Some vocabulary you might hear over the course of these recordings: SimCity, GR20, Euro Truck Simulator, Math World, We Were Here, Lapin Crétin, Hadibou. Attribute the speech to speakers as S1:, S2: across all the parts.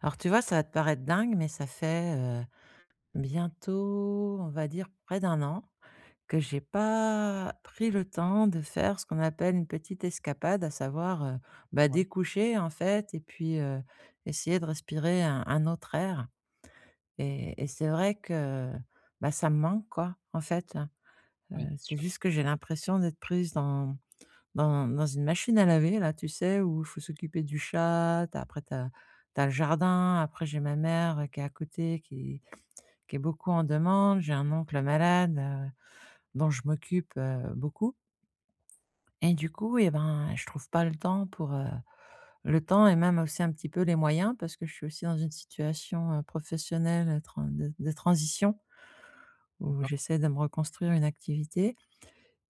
S1: Alors tu vois, ça va te paraître dingue, mais ça fait, bientôt, on va dire près d'un an que j'ai pas pris le temps de faire ce qu'on appelle une petite escapade, à savoir, bah,
S2: Ouais,
S1: découcher en fait et puis, essayer de respirer un autre air et c'est vrai que, bah, ça me manque quoi en fait, hein. heu,
S2: ouais, c'est
S1: c'est
S2: sûr,
S1: juste que j'ai l'impression d'être prise dans une machine à laver là, tu sais, où il faut s'occuper du chat, tu après tu as le jardin, après j'ai ma mère, qui est à côté, qui est beaucoup en demande, j'ai un oncle malade, dont je m'occupe, beaucoup et du coup et ben, je trouve pas le temps pour, le temps et même aussi un petit peu les moyens parce que je suis aussi dans une situation, professionnelle, tran de transition où
S2: d'accord.
S1: j'essaie de me reconstruire une activité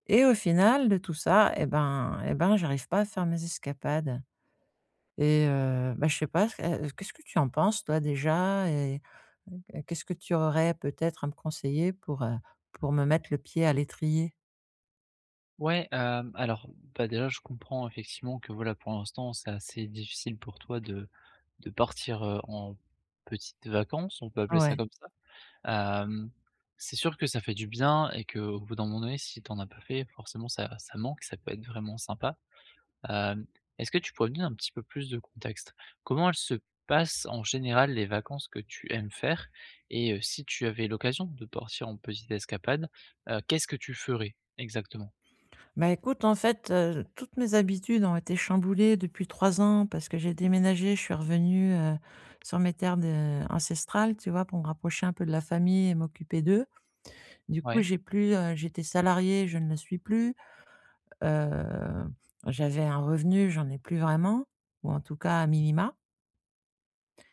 S1: et au final de tout ça et ben, j'arrive pas à faire mes escapades. Et bah, je sais pas, qu'est-ce que tu en penses toi déjà? Et qu'est-ce que tu aurais peut-être à me conseiller pour me mettre le pied à l'étrier?
S2: Ouais, alors, bah, déjà, je comprends effectivement que, voilà, pour l'instant, c'est assez difficile pour toi de partir, en petites vacances, on peut appeler ça
S1: Ouais.
S2: comme ça. Hem, c'est sûr que ça fait du bien et que au bout d'un moment donné, si tu en as pas fait, forcément, ça manque, ça peut être vraiment sympa. Hem, Est-ce que tu pourrais me donner un petit peu plus de contexte? Comment elles se passent en général les vacances que tu aimes faire? Et si tu avais l'occasion de partir en petite escapade, qu'est-ce que tu ferais exactement?
S1: Bah, écoute, en fait, toutes mes habitudes ont été chamboulées depuis 3 ans parce que j'ai déménagé, je suis revenue, sur mes terres de ancestrales, tu vois? Pour me rapprocher un peu de la famille et m'occuper d'eux. Du coup,
S2: Ouais,
S1: j'ai plus, j'étais salariée, je ne le suis plus, heu, j'avais un revenu, j'en ai plus vraiment ou en tout cas à minima.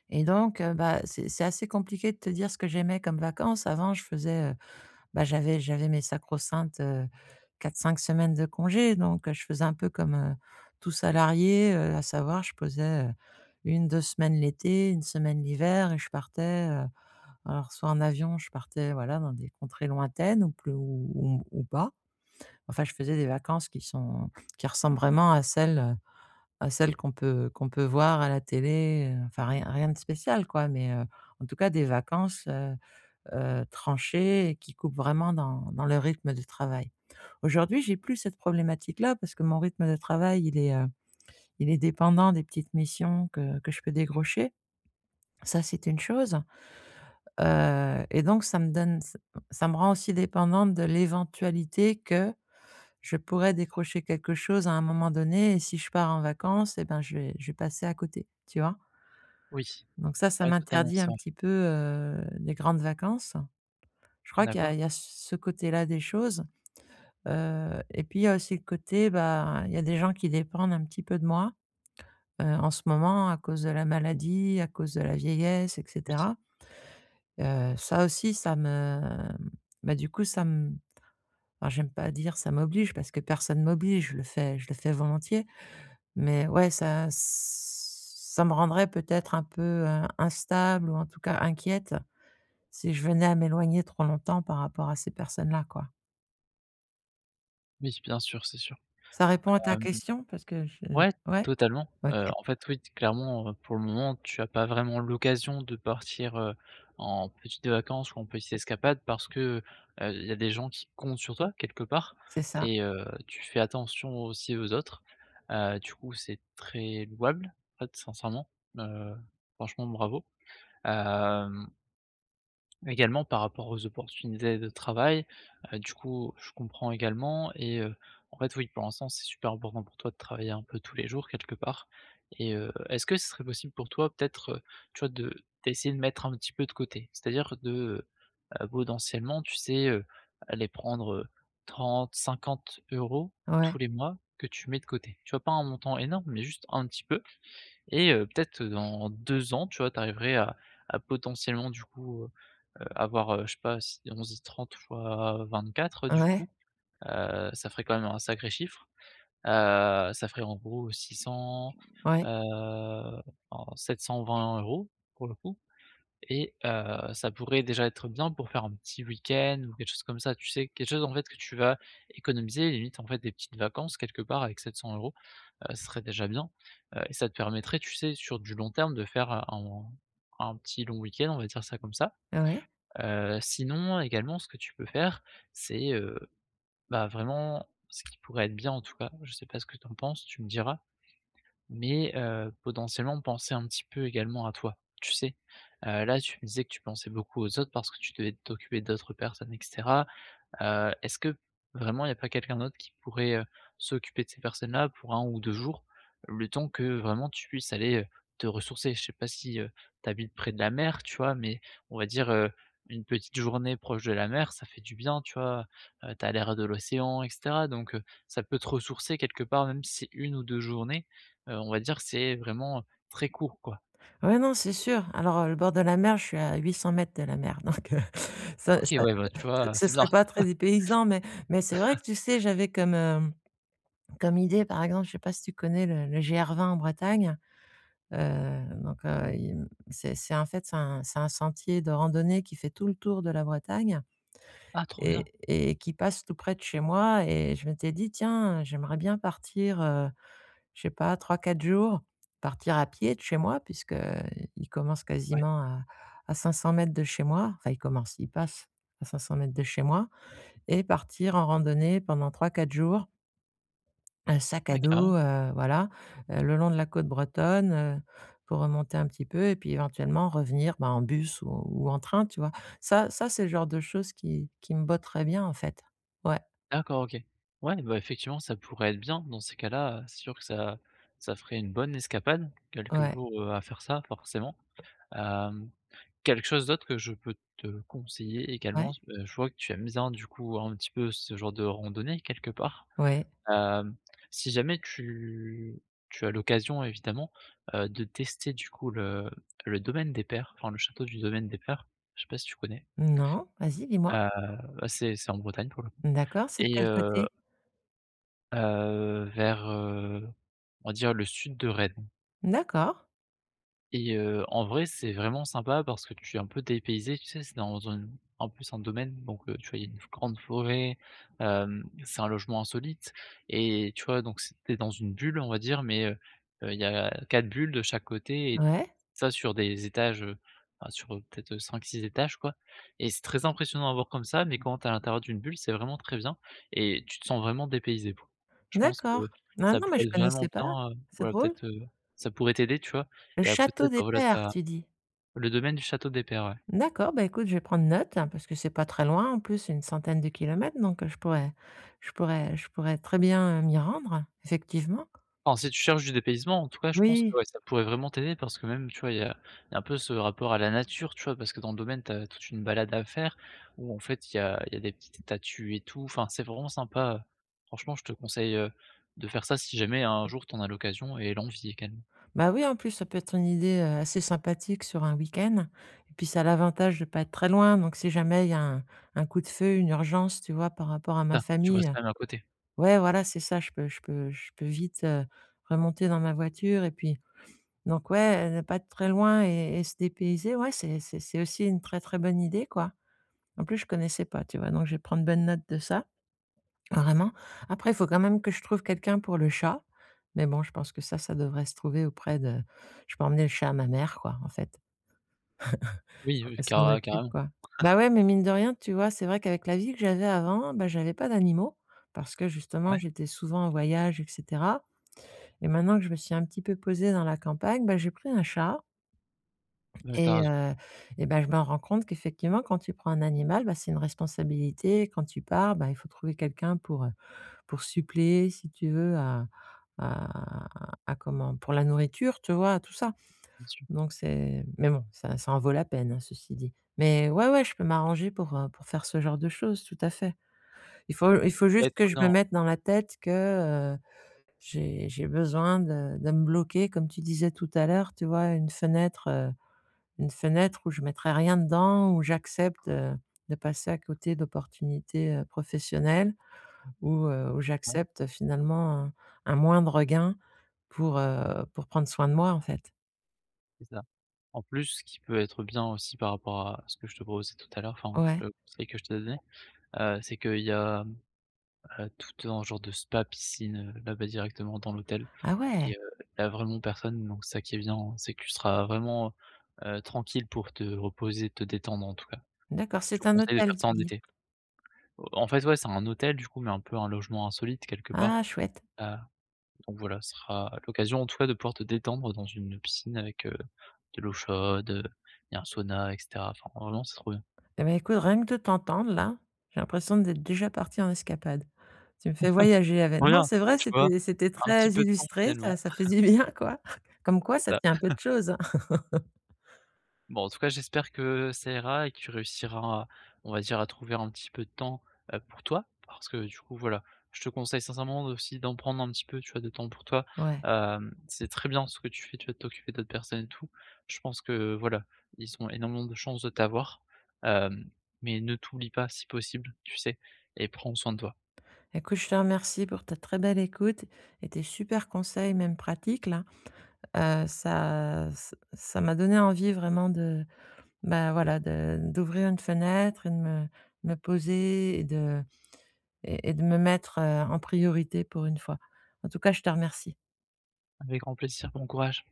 S1: Et donc, bah, c'est assez compliqué de te dire ce que j'aimais comme vacances. Avant, je faisais, bah, j'avais mes sacro-saintes, 4-5 semaines de congé, donc je faisais un peu comme, tout salarié, à savoir je posais, 1-2 semaines l'été, une semaine l'hiver et je partais, alors soit en avion, je partais, voilà, dans des contrées lointaines ou pleu ou pas. Enfin, je faisais des vacances qui ressemblent vraiment à celles qu'on peut voir à la télé, enfin rien de spécial quoi, mais, en tout cas des vacances, tranchées et qui coupent vraiment dans le rythme de travail. Aujourd'hui, j'ai plus cette problématique-là parce que mon rythme de travail, il est dépendant des petites missions que je peux décrocher. Ça, c'est une chose, et donc ça me rend aussi dépendante de l'éventualité que je pourrais décrocher quelque chose à un moment donné et si je pars en vacances et ben je vais passer à côté, tu vois?
S2: oui,
S1: Donc ça
S2: ouais, totalement,
S1: m'interdit
S2: c'est
S1: un
S2: vrai.
S1: petit peu, les grandes vacances. Je crois qu'il y a
S2: D'accord,
S1: ce côté-là des choses, et puis il y a aussi le côté, bah, il y a des gens qui dépendent un petit peu de moi, en ce moment à cause de la maladie, à cause de la vieillesse et
S2: oui,
S1: cetera. Ça aussi, ça me bah, du coup, ça me enfin, j'aime pas dire ça m'oblige parce que personne m'oblige, je le fais volontiers. Mais ouais, ça me rendrait peut-être un peu, instable ou en tout cas inquiète. Si je venais à m'éloigner trop longtemps par rapport à ces personnes-là, quoi.
S2: oui, bien sûr, c'est sûr.
S1: Ça répond à ta question? Parce que je
S2: Ouais,
S1: ouais?
S2: totalement.
S1: OK,
S2: En fait, oui, clairement, pour le moment, tu as pas vraiment l'occasion de partir, en petites vacances ou en petite escapade parce que, il y a des gens qui comptent sur toi quelque part
S1: c'est ça.
S2: et tu fais attention aussi aux autres. Du coup, c'est très louable, en fait, sincèrement. Heu, Franchement, bravo. Hem Également par rapport aux opportunités de travail, du coup, je comprends également et en fait, oui, pour l'instant, c'est super important pour toi de travailler un peu tous les jours quelque part et est-ce que ce serait possible pour toi peut-être, tu vois, de d'essayer de mettre un petit peu de côté? C'est-à-dire de, potentiellement, tu sais, aller prendre, 30-50 euros
S1: Ouais,
S2: tous les mois que tu mets de côté. Tu vois, pas un montant énorme, mais juste un petit peu et peut-être dans 2 ans, tu vois, tu arriverais à potentiellement du coup, avoir, je sais pas si 11:30 fois 24 du coup,
S1: ouais,
S2: ça ferait quand même un sacré chiffre. Ça ferait en gros 600,
S1: ouais,
S2: heu, en 720 euros pour le coup et ça pourrait déjà être bien pour faire un petit week-end ou quelque chose comme ça, tu sais? Quelque chose en fait que tu vas économiser, limite en fait des petites vacances quelque part avec 700 euros, ce serait déjà bien, et ça te permettrait, tu sais, sur du long terme de faire, un petit long week-end, on va dire ça comme ça.
S1: ouais.
S2: Sinon également ce que tu peux faire, c'est, bah, vraiment ce qui pourrait être bien en tout cas, je sais pas ce que tu en penses, tu me diras, mais potentiellement penser un petit peu également à toi, tu sais? Là, tu me disais que tu pensais beaucoup aux autres parce que tu devais t'occuper d'autres personnes etc. Est-ce que vraiment il n'y a pas quelqu'un d'autre qui pourrait, s'occuper de ces personnes-là pour un ou 2 jours? Le temps que vraiment tu puisses aller, te ressourcer. Je sais pas si, tu habites près de la mer, tu vois? Mais on va dire, une petite journée proche de la mer, ça fait du bien, tu vois? Tu as l'air de l'océan et cetera, donc, ça peut te ressourcer quelque part, même si c'est 1 ou 2 journées, on va dire que c'est vraiment très court, quoi.
S1: Ouais, non, c'est sûr. Alors, le bord de la mer, je suis à 800 mètres de la mer, donc ça
S2: OK,
S1: ça
S2: ouais, bah, tu
S1: ce
S2: vois,
S1: ce
S2: c'est bien.
S1: serait pas très dépaysant, mais c'est vrai que, tu sais, j'avais comme idée, par exemple, je sais pas si tu connais le GR20 en Bretagne? Donc il c'est en fait, c'est un sentier de randonnée qui fait tout le tour de la Bretagne.
S2: Ah trop bien!
S1: et et qui passe tout près de chez moi et je m'étais dit: «Tiens, j'aimerais bien partir, je sais pas 3-4 jours, partir à pied de chez moi» puisque il commence
S2: Ouais,
S1: quasiment à 500 mètres de chez moi. Enfin il commence, il passe à 500 mètres de chez moi et partir en randonnée pendant 3-4 jours. Un sac à
S2: ouais
S1: dos,
S2: carrément.
S1: voilà, le long de la côte bretonne, pour remonter un petit peu et puis éventuellement revenir, bah, en bus ou en train, tu vois? Ça ça, c'est le genre de choses qui me botteraient bien, en fait. Ouais,
S2: D'accord, OK. Ouais, bah, effectivement, ça pourrait être bien dans ces cas-là, c'est sûr que ça ferait une bonne escapade, quelques
S1: ouais,
S2: jours, à faire ça forcément. Hem, Quelque chose d'autre que je peux te conseiller
S1: ouais,
S2: également, je vois que tu aimes bien du coup un petit peu ce genre de randonnée quelque part.
S1: ouais.
S2: Hem, Si jamais tu as l'occasion évidemment, de tester du coup le domaine des Pères, enfin le château du domaine des Pères, je sais pas si tu connais?
S1: Non, vas-y, dis-moi?
S2: Heu, Bah, c'est en Bretagne pour le coup
S1: D'accord, c'est de
S2: et
S1: quel côté?
S2: Vers, on va dire le sud de Rennes.
S1: D'accord,
S2: Et en vrai, c'est vraiment sympa parce que tu es un peu dépaysé, tu sais, c'est dans une, en plus un domaine, donc tu vois, il y a une grande forêt, c'est un logement insolite et tu vois, donc c'est tu dans une bulle, on va dire, mais il y a 4 bulles de chaque côté et
S1: ouais,
S2: ça sur des étages, enfin sur, peut-être, cinq six étages, quoi, et c'est très impressionnant à voir comme ça, mais quand tu es à l'intérieur d'une bulle, c'est vraiment très bien et tu te sens vraiment dépaysé, pour je pense que
S1: d'accord. non
S2: ça
S1: non, mais
S2: pourrait
S1: je
S2: être vraiment
S1: connaissais pas,
S2: bien,
S1: c'est
S2: voilà,
S1: drôle.
S2: peut-être, ça pourrait t'aider, tu vois?
S1: Le
S2: Et à côté,
S1: château des
S2: bah, voilà, tu
S1: Pères,
S2: as
S1: tu dis?
S2: le domaine du château des pairs, ouais.
S1: D'accord, bah, écoute, je vais prendre note, hein, parce que c'est pas très loin, en plus, une centaine de kilomètres, donc je pourrais très bien, m'y rendre, effectivement.
S2: Enfin, si tu cherches du dépaysement, en tout cas, je pense que,
S1: Oui,
S2: ouais, ça pourrait vraiment t'aider parce que même, tu vois, il y a un peu ce rapport à la nature, tu vois? Parce que dans le domaine, tu as toute une balade à faire où, en fait, il y a des petites statues et tout. Enfin, c'est vraiment sympa. Franchement, je te conseille, de faire ça si jamais un jour t'en as l'occasion et l'envie également.
S1: bah, oui, en plus, ça peut être une idée, assez sympathique sur un week-end et puis ça a l'avantage de pas être très loin, donc si jamais il y a un coup de feu, une urgence, tu vois, par rapport à ma
S2: C'est ça, tu
S1: famille,
S2: restes quand même à côté.
S1: ouais, voilà, c'est ça, je peux vite, remonter dans ma voiture et puis donc ouais, ne pas être très loin et se dépayser, ouais, c'est aussi une très, très bonne idée, quoi. En plus, je connaissais pas, tu vois? Donc je vais prendre bonne note de ça, vraiment. Après, il faut quand même que je trouve quelqu'un pour le chat, mais bon, je pense que ça devrait se trouver auprès de je peux emmener le chat à ma mère, quoi, en fait,
S2: Oui,
S1: pour
S2: oui,
S1: qu'elle s'en
S2: cara
S1: occupe,
S2: carrément.
S1: quoi. Bah, ouais, mais mine de rien, tu vois, c'est vrai qu'avec la vie que j'avais avant, bah, j'avais pas d'animaux parce que justement,
S2: Ouais,
S1: j'étais souvent en voyage et cetera et maintenant que je me suis un petit peu posée dans la campagne, bah, j'ai pris un chat.
S2: bah, tu
S1: Et
S2: raison,
S1: ben je me rends compte qu'effectivement, quand tu prends un animal, bah, c'est une responsabilité. Quand tu pars, bah, il faut trouver quelqu'un pour suppléer, si tu veux, à à comment? Pour la nourriture, tu vois? Tout ça.
S2: bien sûr.
S1: Donc c'est mais bon, ça en vaut la peine, hein, ceci dit. Mais ouais, ouais, je peux m'arranger pour faire ce genre de choses, tout à fait. Il faut
S2: Ouais,
S1: juste que
S2: trop
S1: je me
S2: bien,
S1: mette dans la tête que, j'ai besoin de me bloquer, comme tu disais tout à l'heure, tu vois? Une fenêtre où je mettrai rien dedans, où j'accepte, de passer à côté d'opportunités, professionnelles, où
S2: ouais, ouais,
S1: j'accepte finalement un moindre gain pour prendre soin de moi, en fait.
S2: c'est ça. En plus, ce qui peut être bien aussi par rapport à ce que je te proposais tout à l'heure, enfin,
S1: Ouais.
S2: le conseil que je t'ai donné, c'est qu'il y a, heu, tout un genre de spa piscine, là-bas directement dans l'hôtel
S1: Ah ouais,
S2: et il y a vraiment personne, donc ça qui est bien, hein, c'est que tu seras vraiment tranquille pour te reposer, te détendre en tout cas.
S1: d'accord,
S2: Je
S1: c'est
S2: te
S1: un
S2: conseille de
S1: hôtel,
S2: faire ça
S1: tu
S2: en
S1: dis?
S2: été. En fait, ouais, c'est un hôtel du coup, mais un peu un logement insolite quelque
S1: Ah
S2: part,
S1: chouette.
S2: heu, donc voilà, ce sera l'occasion en tout cas de pouvoir te détendre dans une piscine avec, de l'eau chaude, il y a un sauna et cetera. Enfin, vraiment, c'est trop bien.
S1: Et bah, écoute, rien que de t'entendre là, j'ai l'impression d'être déjà partie en escapade. Tu me fais voyager avec
S2: Trop
S1: non,
S2: bien,
S1: c'est vrai,
S2: tu vois?
S1: c'était
S2: Un petit
S1: très
S2: peu de temps
S1: illustré,
S2: finalement,
S1: ça ça fait du bien, quoi. Comme quoi
S2: c'est
S1: ça
S2: ça.
S1: tient un peu de choses, hein.
S2: Bon, en tout cas, j'espère que ça ira et que tu réussiras à, on va dire, à trouver un petit peu de temps, pour toi. Parce que du coup, voilà, je te conseille sincèrement aussi d'en prendre un petit peu, tu vois, de temps pour toi.
S1: Ouais.
S2: C'est très bien ce que tu fais, tu vas t'occuper d'autres personnes et tout. Je pense que, voilà, ils ont énormément de chances de t'avoir. Hem, mais ne t'oublie pas si possible, tu sais? Et prends soin de toi.
S1: Écoute, je te remercie pour ta très belle écoute et tes super conseils, même pratiques là. Ça m'a donné envie vraiment de, bah, voilà, de d'ouvrir une fenêtre et de me poser et de me mettre, en priorité pour une fois. En tout cas, je te remercie.
S2: Avec grand plaisir, bon courage.